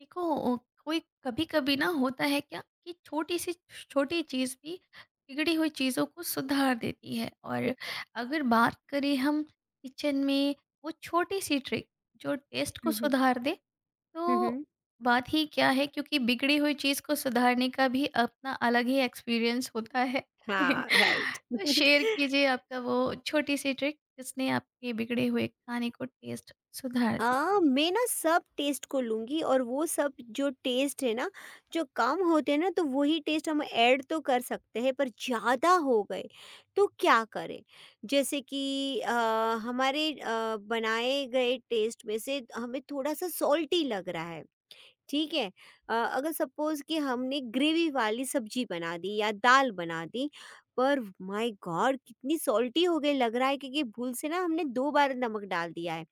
देखो ओ, कोई कभी कभी ना होता है क्या कि छोटी सी छोटी चीज़ भी बिगड़ी हुई चीज़ों को सुधार देती है। और अगर बात करें हम किचन में, वो छोटी सी ट्रिक जो टेस्ट को हुँ, हुँ। सुधार दे, हुँ, तो हुँ। बात ही क्या है, क्योंकि बिगड़ी हुई चीज़ को सुधारने का भी अपना अलग ही एक्सपीरियंस होता है। हाँ, राइट। तो शेयर कीजिए आपका वो छोटी सी ट्रिक जिसने आपके बिगड़े हुए खाने को टेस्ट सुधार दिया। अ, मैं ना सब टेस्ट को लूँगी और वो सब जो टेस्ट है ना, जो कम होते हैं ना तो वही टेस्ट हम ऐड तो कर सकते हैं पर ज़्यादा हो गए, तो क्या करें? जैसे कि हमारे बनाए गए टेस्ट में से हमें थोड़ा-सा सॉल्टी लग रहा है। ठीक है अगर सपोज कि हमने ग्रेवी वाली सब्जी बना दी या दाल बना दी पर माय गॉड कितनी सॉल्टी हो गई लग रहा है क्योंकि भूल से ना हमने 2 बार नमक डाल दिया है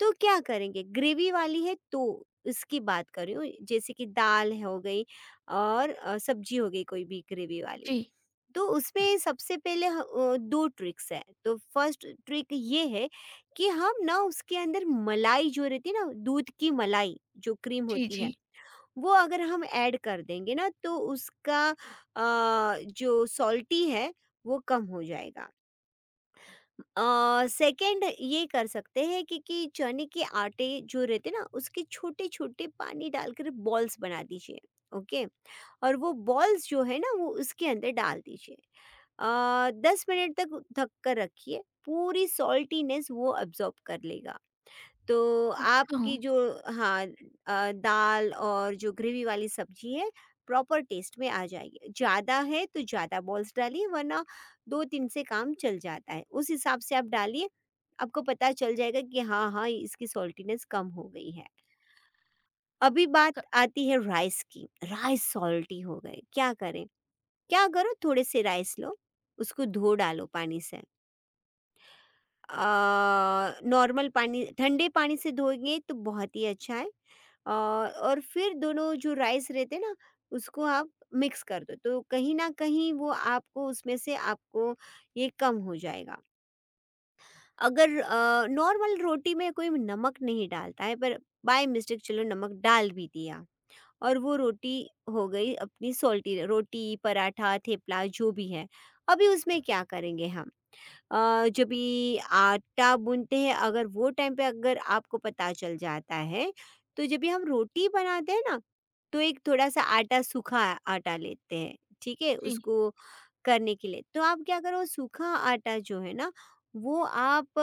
तो क्या करेंगे ग्रेवी वाली है तो इसकी बात कर रही हूँ जैसे कि दाल है हो गई और सब्जी हो गई कोई भी ग्रेवी वाली जी तो उसमें सबसे पहले दो ट्रिक्स है तो फर्स्ट ट्रिक ये है कि हम ना उसके अंदर मलाई जो रहती है ना दूध की मलाई जो क्रीम जी। होती है जी। वो अगर हम ऐड कर देंगे ना तो उसका जो सॉल्टी है वो कम हो जाएगा। सेकंड ये कर सकते हैं कि चने के आटे जो रहते ना उसके छोटे छोटे पानी डालकर बॉल्स बना दीजिए। ओके और वो बॉल्स जो है ना वो उसके अंदर डाल दीजिए। 10 मिनट तक ढक कर रखिए पूरी सॉल्टीनेस वो अब्जॉर्ब कर लेगा। तो आपकी हाँ। जो हाँ दाल और जो ग्रेवी वाली सब्जी है प्रॉपर टेस्ट में आ जाएगी। ज़्यादा है तो ज़्यादा बॉल्स डालिए वरना दो तीन से काम चल जाता है उस हिसाब से आप डालिए। आपको पता चल जाएगा कि हाँ हाँ इसकी सॉल्टीनेस कम हो गई है। अभी बात क-। आती है राइस की। राइस सॉल्टी हो गए क्या करें? क्या करो थोड़े से राइस लो, उसको धो डालो पानी से। अ, नॉर्मल पानी ठंडे पानी से धोएंगे तो बहुत ही अच्छा है। और फिर दोनों जो राइस रहते हैं ना उसको आप मिक्स कर दो तो कहीं ना कहीं वो आपको उसमें से आपको ये कम हो जाएगा। अगर नॉर्मल रोटी में कोई नमक नहीं डालता है पर बाय मिस्टेक चलो नमक डाल भी दिया और वो रोटी हो गई अपनी सोल्टी रोटी पराठा थेपला जो भी है अभी उसमें क्या करेंगे हम? जब भी आटा बुनते हैं अगर वो टाइम पे अगर आपको पता चल जाता है, तो जब भी हम रोटी बनाते हैं ना तो एक थोड़ा सा आटा सूखा आटा लेते हैं। ठीक है जी। उसको करने के लिए तो आप क्या करो सूखा आटा जो है ना वो आप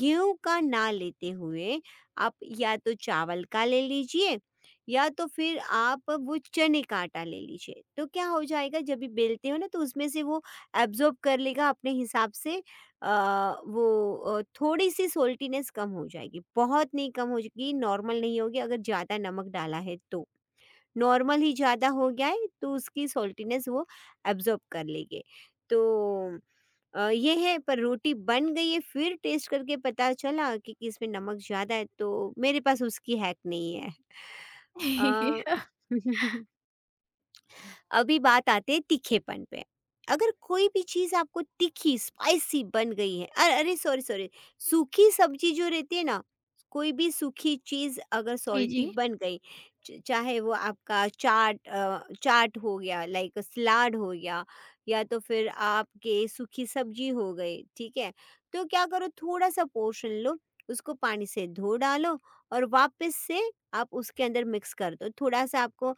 गेहूं का ना लेते हुए आप या तो चावल का ले लीजिए या तो फिर आप वो चने का आटा ले लीजिए। तो क्या हो जाएगा जब भी बेलते हो ना तो उसमें से वो एब्जॉर्ब कर लेगा अपने हिसाब से। वो थोड़ी सी सोल्टीनेस कम हो जाएगी। बहुत नहीं कम हो जाएगी, नॉर्मल नहीं होगी अगर ज़्यादा नमक डाला है तो। नॉर्मल ही ज़्यादा हो गया है तो उसकी सॉल्टीनेस वो एब्ज़ॉर्ब कर लेंगे। तो ये है। पर रोटी बन गई है फिर टेस्ट करके पता चला कि इसमें नमक ज़्यादा है तो मेरे पास उसकी हैक नहीं है। अ अभी बात आती है तीखेपन पे। अगर कोई भी चीज़ आपको तीखी, स्पाइसी बन गई है अरे सॉरी, सॉरी सूखी सब्ज़ी जो रहती है ना, कोई भी सूखी चीज़ अगर जी, जी। सॉल्टी बन गई, च चाहे वो आपका चाट हो गया, लाइक सलाद हो गया या तो फिर आपके सूखी सब्ज़ी हो गई, ठीक है? तो क्या करो थोड़ा-सा पोर्शन लो, उसको पानी से धो डालो और वापस से आप उसके अंदर मिक्स कर दो। थोड़ा-सा आपको अ,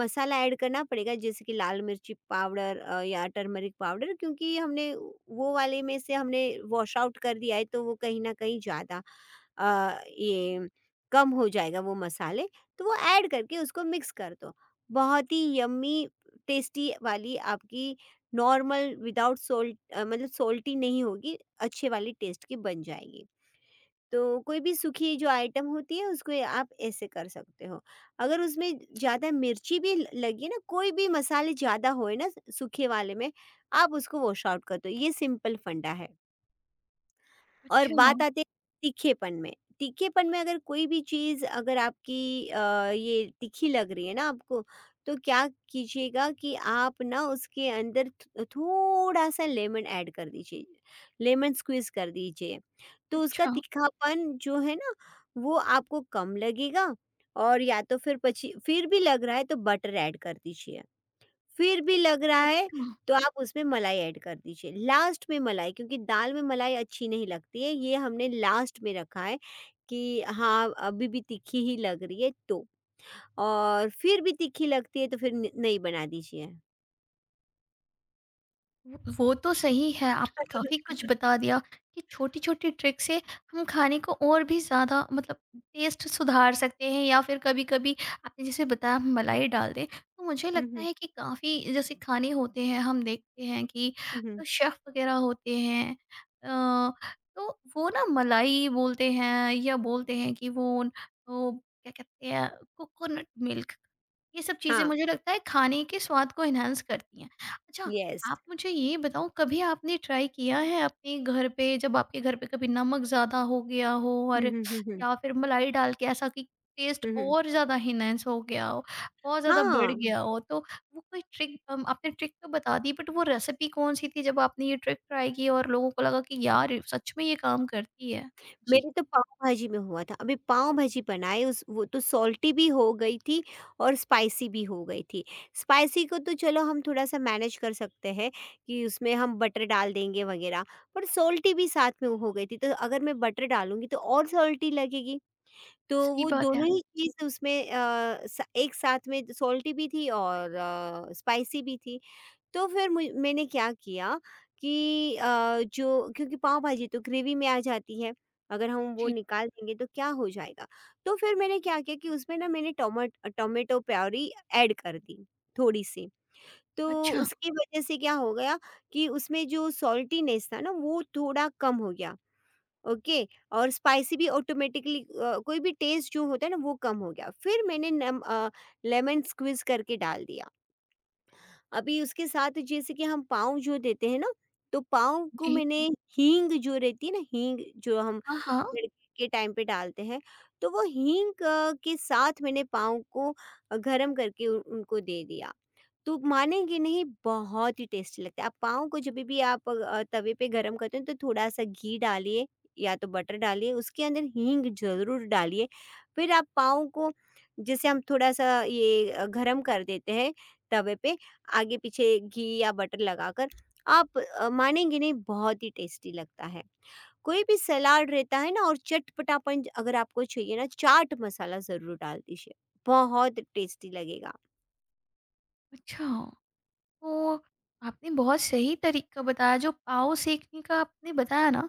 मसाला ऐड करना पड़ेगा जैसे कि लाल मिर्ची पाउडर या टर्मरिक पाउडर क्योंकि हमने वो वाले में से हमने वॉश आउट कर दिया है तो वो कहीं ना कहीं ज़्यादा ये कम हो जाएगा वो मसाले। तो वो ऐड करके उसको मिक्स कर दो। बहुत ही यम्मी टेस्टी वाली आपकी नॉर्मल विदाउट सोल्ट, मतलब सोल्टी नहीं होगी अच्छे वाली टेस्ट की बन जाएगी। तो कोई भी सूखी जो आइटम होती है उसको ये आप ऐसे कर सकते हो। अगर उसमें ज़्यादा मिर्ची भी ल लगी ना, कोई भी मसाले ज़्यादा होए ना सूखे वाले में, आप उसको वॉश आउट कर दो। ये सिंपल फंडा है। और अच्छा, बात आती है तीखेपन में। तीखेपन में अगर कोई भी चीज़ अगर आपकी ये तीखी लग रही है ना आपको, तो क्या कीजिएगा कि आप ना उसके अंदर थ थोड़ा-सा लेमन ऐड कर दीजिए, लेमन स्क्वीज़ कर दीजिए। तो उसका अच्छा, तीखापन जो है ना, वो आपको कम लगेगा और या तो फिर पची फिर भी लग रहा है तो बटर ऐड कर दीजिए। फिर भी लग रहा है अच्छा। तो आप उसमें मलाई ऐड कर दीजिए। लास्ट में मलाई क्योंकि दाल में मलाई अच्छी नहीं लगती है ये हमने लास्ट में रखा है कि हाँ अभी भी तीखी ही लग रही है तो। और फिर भी तीखी लगती है तो फिर नहीं बना दीजिए। वो तो सही है। आपने काफ़ी कुछ बता दिया कि छोटी-छोटी ट्रिक से हम खाने को और भी ज़्यादा, मतलब टेस्ट सुधार सकते हैं। या फिर कभी-कभी आपने जैसे बताया हम मलाई डाल दें। तो मुझे हम्म लगता हम्म है कि काफ़ी जैसे खाने होते हैं, हम देखते हैं कि हम्म। शेफ़ वग़ैरह होते हैं, अ, तो वो ना मलाई बोलते हैं या बोलते हैं कि वो क्या कहते हैं, कोकोनट मिल्क। ये सब चीज़ें हाँ। मुझे लगता है खाने के स्वाद को एनहांस करती हैं। अच्छा, यस। आप मुझे ये बताओ, कभी आपने ट्राई किया है अपने घर पे, जब आपके घर पे कभी नमक ज़्यादा हो गया हो, और हम्म हम्म हम्म या फिर मलाई डाल के ऐसा कि टेस्ट हम्म, हम्म। और ज़्यादा इनहेंस हो गया हो, बहुत ज़्यादा बढ़ हाँ गया हो, तो वो कोई ट्रिक, आपने ट्रिक तो बता दी, बट वो रेसिपी कौन सी थी जब आपने ये ट्रिक ट्राई की और लोगों को लगा कि यार ये सच में ये काम करती है? जी। मेरे तो पाव भाजी में हुआ था। अभी पाव भाजी बनाए उस वो तो सॉल्टी भी हो गई थी और स्पाइसी भी हो गई थी। स्पाइसी को तो चलो हम थोड़ा-सा मैनेज कर सकते हैं कि उसमें हम बटर डाल देंगे वगैरह, पर सॉल्टी भी साथ में हो गई थी, तो अगर मैं बटर डालूँगी तो और सॉल्टी लगेगी। तो सही वो बात है। दोनों ही चीज़ उसमें अ, स एक साथ में सॉल्टी भी थी और स्पाइसी भी थी। तो फिर मैंने क्या किया कि जो क्योंकि पाव भाजी तो ग्रेवी में आ जाती है अगर हम वो जी। निकाल देंगे तो क्या हो जाएगा। तो फिर मैंने क्या किया कि उसमें ना मैंने टोमेटो प्योरी ऐड कर दी थोड़ी सी। तो अच्छा। उसकी वजह से क्या हो गया कि उसमें जो सॉल्टीनेस था ना वो थोड़ा कम हो गया। ओके। और स्पाइसी भी ऑटोमेटिकली कोई भी टेस्ट जो होता है ना वो कम हो गया। फिर मैंने लेमन स्क्विज करके डाल दिया। अभी उसके साथ जैसे कि हम पाँव जो देते हैं ना, तो पाँव को जी। मैंने हींग जो रहती है ना, हींग जो हम हाँ, हाँ। तड़के के टाइम पे डालते हैं, तो वो हींग के साथ मैंने पाँव को गरम करके उनको दे दिया। तो मानेंगे नहीं बहुत ही टेस्टी लगता है। आप पाव को जब भी आप तवे पे गरम करते हैं तो थोड़ा-सा घी डालिए या तो बटर डालिए, उसके अंदर हींग ज़रूर डालिए। फिर आप पाव को जैसे हम थोड़ा-सा ये गरम कर देते हैं तवे पे, आगे-पीछे घी या बटर लगाकर, आप मानेंगे नहीं बहुत ही टेस्टी लगता है। कोई भी सलाद रहता है ना और चटपटापन अगर आपको चाहिए ना, चाट मसाला ज़रूर डाल दीजिए, बहुत टेस्टी लगेगा। अच्छा। तो आपने बहुत सही तरीका बताया, जो पाव सेकने का आपने बताया ना,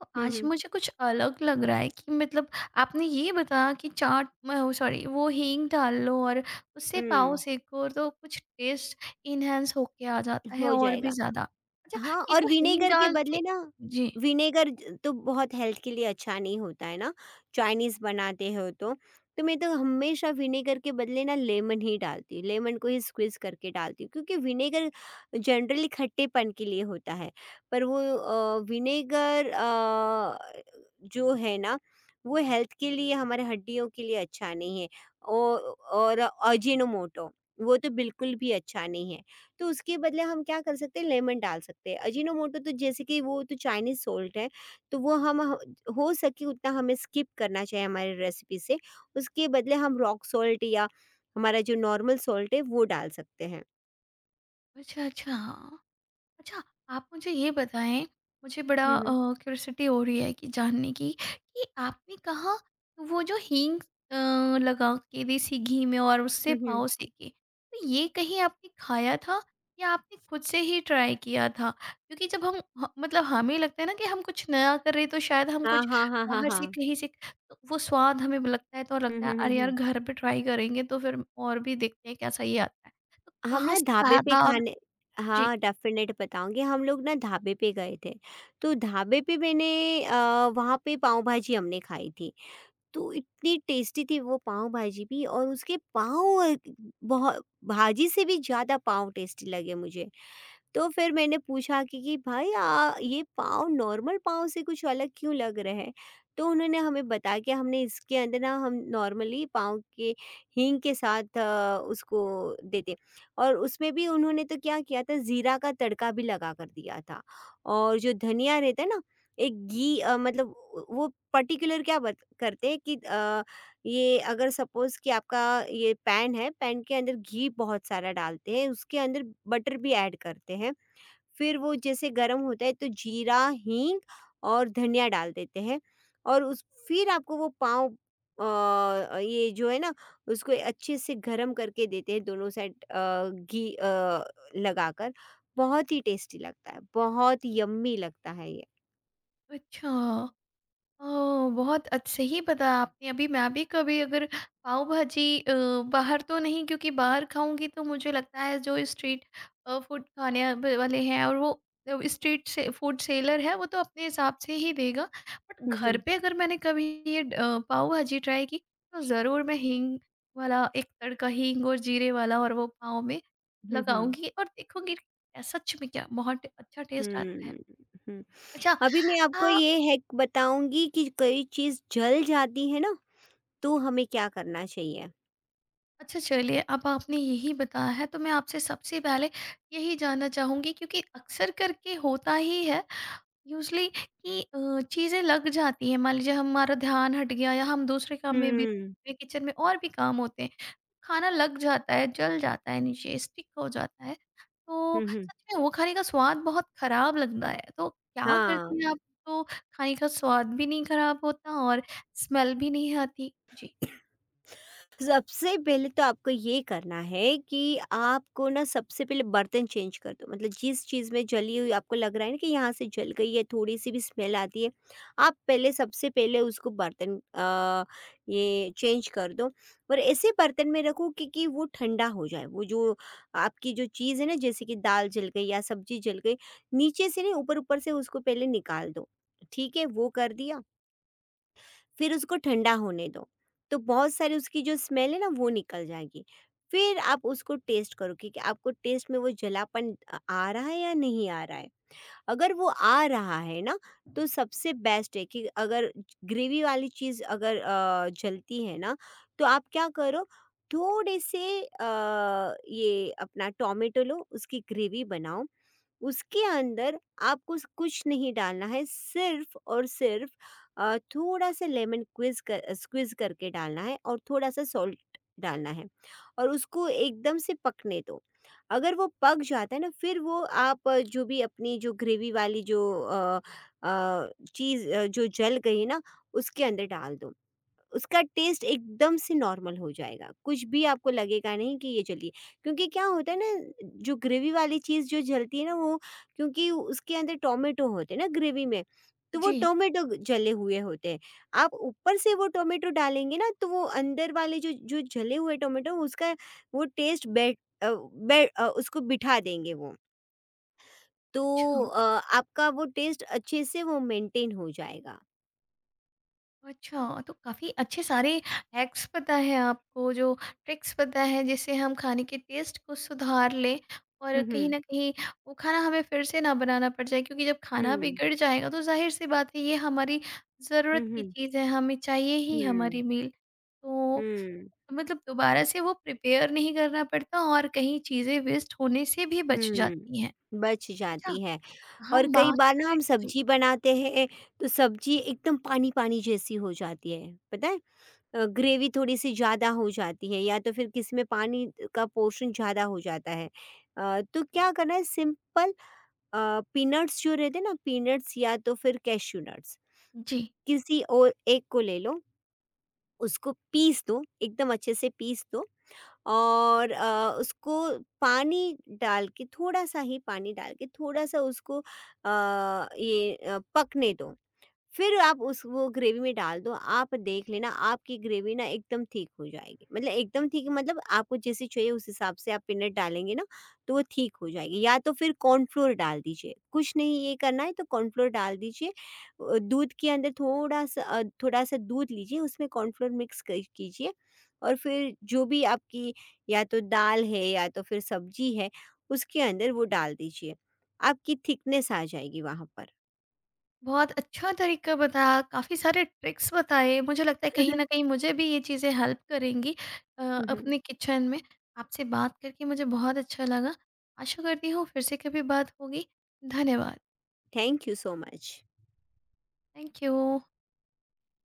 तो हुँ, आज हुँ। मुझे कुछ अलग लग रहा है कि मतलब आपने ये बताया कि चाट, सॉरी, वो हींग डाल लो और उससे पाव हुँ। सेको तो कुछ टेस्ट इनहेंस होके आ जाता है हो और भी जाएगा। ज़्यादा। अच्छा। हाँ, ये और जो हींग विनेगर के डाल के। बदले ना जी। विनेगर ज तो बहुत हेल्थ के लिए अच्छा नहीं होता है ना, चाइनीज़ बनाते हो तो। तो मैं तो हमेशा विनेगर के बदले ना लेमन ही डालती हूँ, लेमन को ही स्क्वीज़ करके डालती हूँ क्योंकि विनेगर जनरली खट्टेपन के लिए होता है। पर वो विनेगर जो है ना वो हेल्थ के लिए हमारे हड्डियों के लिए अच्छा नहीं है। औ और अजीनोमोटो वो तो बिल्कुल भी अच्छा नहीं है। तो उसके बदले हम क्या कर सकते हैं लेमन डाल सकते हैं। अजीनोमोटो तो जैसे कि वो तो चाइनीज़ सॉल्ट है तो वो हम हो सके उतना हमें स्किप करना चाहिए हमारी रेसिपी से। उसके बदले हम रॉक सॉल्ट या हमारा जो नॉर्मल सॉल्ट है वो डाल सकते हैं। अच्छा, अच्छा। हाँ। अच्छा, आप मुझे ये बताएँ, मुझे बड़ा हम्म हम्म क्यूरियोसिटी हो रही है, कि जानने की, कि आपने कहा वो जो हींग लगा के देसी घी में और उससे हम्म हम्म। पाव सेके, तो ये कहीं आपने खाया था या आपने खुद से ही ट्राई किया था? क्योंकि जब हम ह मतलब हमें लगता है ना कि हम कुछ नया कर रहे हैं, तो शायद हम हाँ कुछ हाँ हाँ हाँ बाहर से हाँ। कहीं से, तो वो स्वाद हमें लगता है, तो हम्म लगता है हम्म अरे हम्म यार हम्म। घर पे ट्राई करेंगे तो फिर और भी देखते हैं कैसा ये आता है। तो हम कहाँ ना से ढाबे खाया पे था? और खाने जी। हाँ डेफिनेट बताऊंगी। हम लोग ना ढाबे पे गए थे तो ढाबे पे मैंने वहाँ पे पाव भाजी हमने खाई थी। तो इतनी टेस्टी थी वो पाव भाजी भी और उसके पाव बहुत भाजी से भी ज़्यादा पाव टेस्टी लगे मुझे। तो फिर मैंने पूछा कि भाई ये पाँव नॉर्मल पाँव से कुछ अलग क्यों लग रहे हैं। तो उन्होंने हमें बताया कि हमने इसके अंदर ना हम नॉर्मली पाँव के हींग के साथ उसको देते और उसमें भी उन्होंने तो क्या किया था ज़ीरा का तड़का भी लगा कर दिया था और जो धनिया रहता है ना एक घी मतलब वो पर्टिकुलर क्या करते हैं कि ये अगर सपोज कि आपका ये पैन है। पैन के अंदर घी बहुत सारा डालते हैं, उसके अंदर बटर भी ऐड करते हैं। फिर वो जैसे गरम होता है तो जीरा, हींग और धनिया डाल देते हैं। और उस फिर आपको वो पाँव ये जो है ना उसको अच्छे से गरम करके देते हैं दोनों साइड घी लगाकर। बहुत ही टेस्टी लगता है, बहुत यम्मी लगता है ये। अच्छा। ओह! बहुत अच सही बताया आपने। अभी मैं भी कभी अगर पाव भाजी, बाहर तो नहीं, क्योंकि बाहर खाऊँगी तो मुझे लगता है जो स्ट्रीट फूड खाने ब वाले हैं, और वो स्ट्रीट से फूड सेलर है, वो तो अपने हिसाब से ही देगा। बट हुँ, घर हुँ। पे अगर मैंने कभी ये पाव भाजी ट्राई की तो ज़रूर मैं हींग वाला एक तड़का, हींग और जीरे वाला, और वो पाव में हुँ, हुँ। लगाऊँगी और देखूँगी सच में क्या बहुत अच्छा टेस्ट आता है। हुँ, हुँ। अच्छा। अभी मैं अ आपको ये हैक बताऊँगी कि कोई चीज़ जल जाती है ना, तो हमें क्या करना चाहिए? अच्छा, चलिए अब आपने यही बताया है तो मैं आपसे सबसे पहले यही जानना चाहूँगी, क्योंकि अक्सर करके होता ही है, यूजली, कि चीज़ें लग जाती हैं। मान लीजिए हमारा ध्यान हट गया, या हम दूसरे काम में भी, हुँ। किचन में और भी काम होते हैं, खाना लग जाता है, जल जाता है, नीचे स्टिक हो जाता है, तो हुँ, हुँ। सच में वो खाने का स्वाद बहुत खराब लगता है। तो क्या करती हाँ। हैं आप तो खाने का स्वाद भी नहीं खराब होता और स्मेल भी नहीं आती? जी। सबसे पहले तो आपको ये करना है कि आपको ना सबसे पहले बर्तन चेंज कर दो, मतलब जिस चीज़ में जली हुई आपको लग रहा है ना कि यहाँ से जल गई है, थोड़ी सी भी स्मेल आती है, आप पहले सबसे पहले उसको बर्तन ये चेंज कर दो और ऐसे बर्तन में रखो कि वो ठंडा हो जाए। वो जो आपकी जो चीज़ है ना जैसे कि दाल जल गई या सब्जी जल गई नीचे से नहीं ऊपर ऊपर से उसको पहले निकाल दो। ठीक है वो कर दिया फिर उसको ठंडा होने दो, तो बहुत सारी उसकी जो स्मेल है ना वो निकल जाएगी। फिर आप उसको टेस्ट करो कि आपको टेस्ट में वो जलापन आ रहा है या नहीं आ रहा है। अगर वो आ रहा है ना तो सबसे बेस्ट है कि अगर ग्रेवी वाली चीज़ अगर जलती है ना तो आप क्या करो थोड़े से ये अपना टोमेटो लो उसकी ग्रेवी बनाओ। उसके अंदर आपको कुछ नहीं डालना है, सिर्फ और सिर्फ थोड़ा सा लेमन क्विज कर स्क्विज करके डालना है और थोड़ा सा सॉल्ट डालना है और उसको एकदम से पकने दो। अगर वो पक जाता है ना फिर वो आप जो भी अपनी जो ग्रेवी वाली जो चीज़ जो जल गई है ना उसके अंदर डाल दो। उसका टेस्ट एकदम से नॉर्मल हो जाएगा, कुछ भी आपको लगेगा नहीं कि ये जली है। क्योंकि क्या होता है ना, जो ग्रेवी वाली चीज़ जो जलती है ना वो क्योंकि उसके अंदर टोमेटो होते हैं ना ग्रेवी में, तो वो जी। टोमेटो जले हुए होते हैं। आप ऊपर से वो टोमेटो डालेंगे ना तो वो अंदर वाले जो जो जले हुए टोमेटो उसका वो टेस्ट बैठ अ, बै अ, उसको बिठा देंगे वो। तो अच्छा। अ, आपका वो टेस्ट अच्छे से वो मेंटेन हो जाएगा। अच्छा, तो काफ़ी अच्छे सारे हैक्स पता है आपको, जो ट्रिक्स पता है, जिससे हम खाने के टेस्ट को सुधार लें, और हुँ, कहीं हुँ। न कहीं वो खाना हमें फिर से ना बनाना पड़ जाए, क्योंकि जब खाना हुँ। बिगड़ जाएगा तो ज़ाहिर-सी बात है, ये हमारी हुँ, ज़रूरत की हुँ। चीज़ है, हमें चाहिए ही हमारी हुँ। मील। तो हुँ, मतलब दोबारा से वो प्रिपेयर नहीं करना पड़ता, और कहीं चीज़ें वेस्ट होने से भी बच हुँ, जाती हैं। बच अच्छा, जाती है। और हम कई बात बार कर ना रहे हम जी, सब्ज़ी बनाते हैं तो सब्ज़ी एकदम पानी-पानी जैसी हो जाती है, पता है? ग्रेवी थोड़ी-सी ज़्यादा हो जाती है या तो फिर किसी में पानी का पोर्शन ज़्यादा हो जाता है। तो क्या करना है सिंपल। पीनट्स जो रहते हैं ना पीनट्स या तो फिर कैश्यू नट्स, जी। किसी और एक को ले लो, उसको पीस दो, एकदम अच्छे से पीस दो और उसको पानी डाल के थोड़ा सा ही पानी डाल के थोड़ा सा उसको पकने दो। फिर आप उस वो ग्रेवी में डाल दो, आप देख लेना आपकी ग्रेवी ना एकदम थिक हो जाएगी। मतलब एकदम थिक मतलब आपको जैसी चाहिए उस हिसाब से आप पीनट डालेंगे ना, तो वो थिक हो जाएगी। या तो फिर कॉर्नफ्लोर डाल दीजिए। कुछ नहीं ये करना है तो कॉर्नफ्लोर डाल दीजिए। दूध के अंदर थोड़ा-सा थोड़ा-सा दूध लीजिए उसमें कॉर्नफ्लोर मिक्स क कीजिए और फिर जो भी आपकी या तो दाल है या तो फिर सब्ज़ी है, उसके अंदर वो डाल दीजिए। आपकी थिकनेस आ जाएगी वहाँ पर। बहुत अच्छा तरीका बताया, काफ़ी सारे ट्रिक्स बताए। मुझे लगता है कहीं न कहीं मुझे भी ये चीज़ें हेल्प करेंगी, हुँ, हुँ। अपने किचन में। आपसे बात करके मुझे बहुत अच्छा लगा। आशा करती हूँ फिर से कभी बात होगी। धन्यवाद। Thank you so much. Thank you.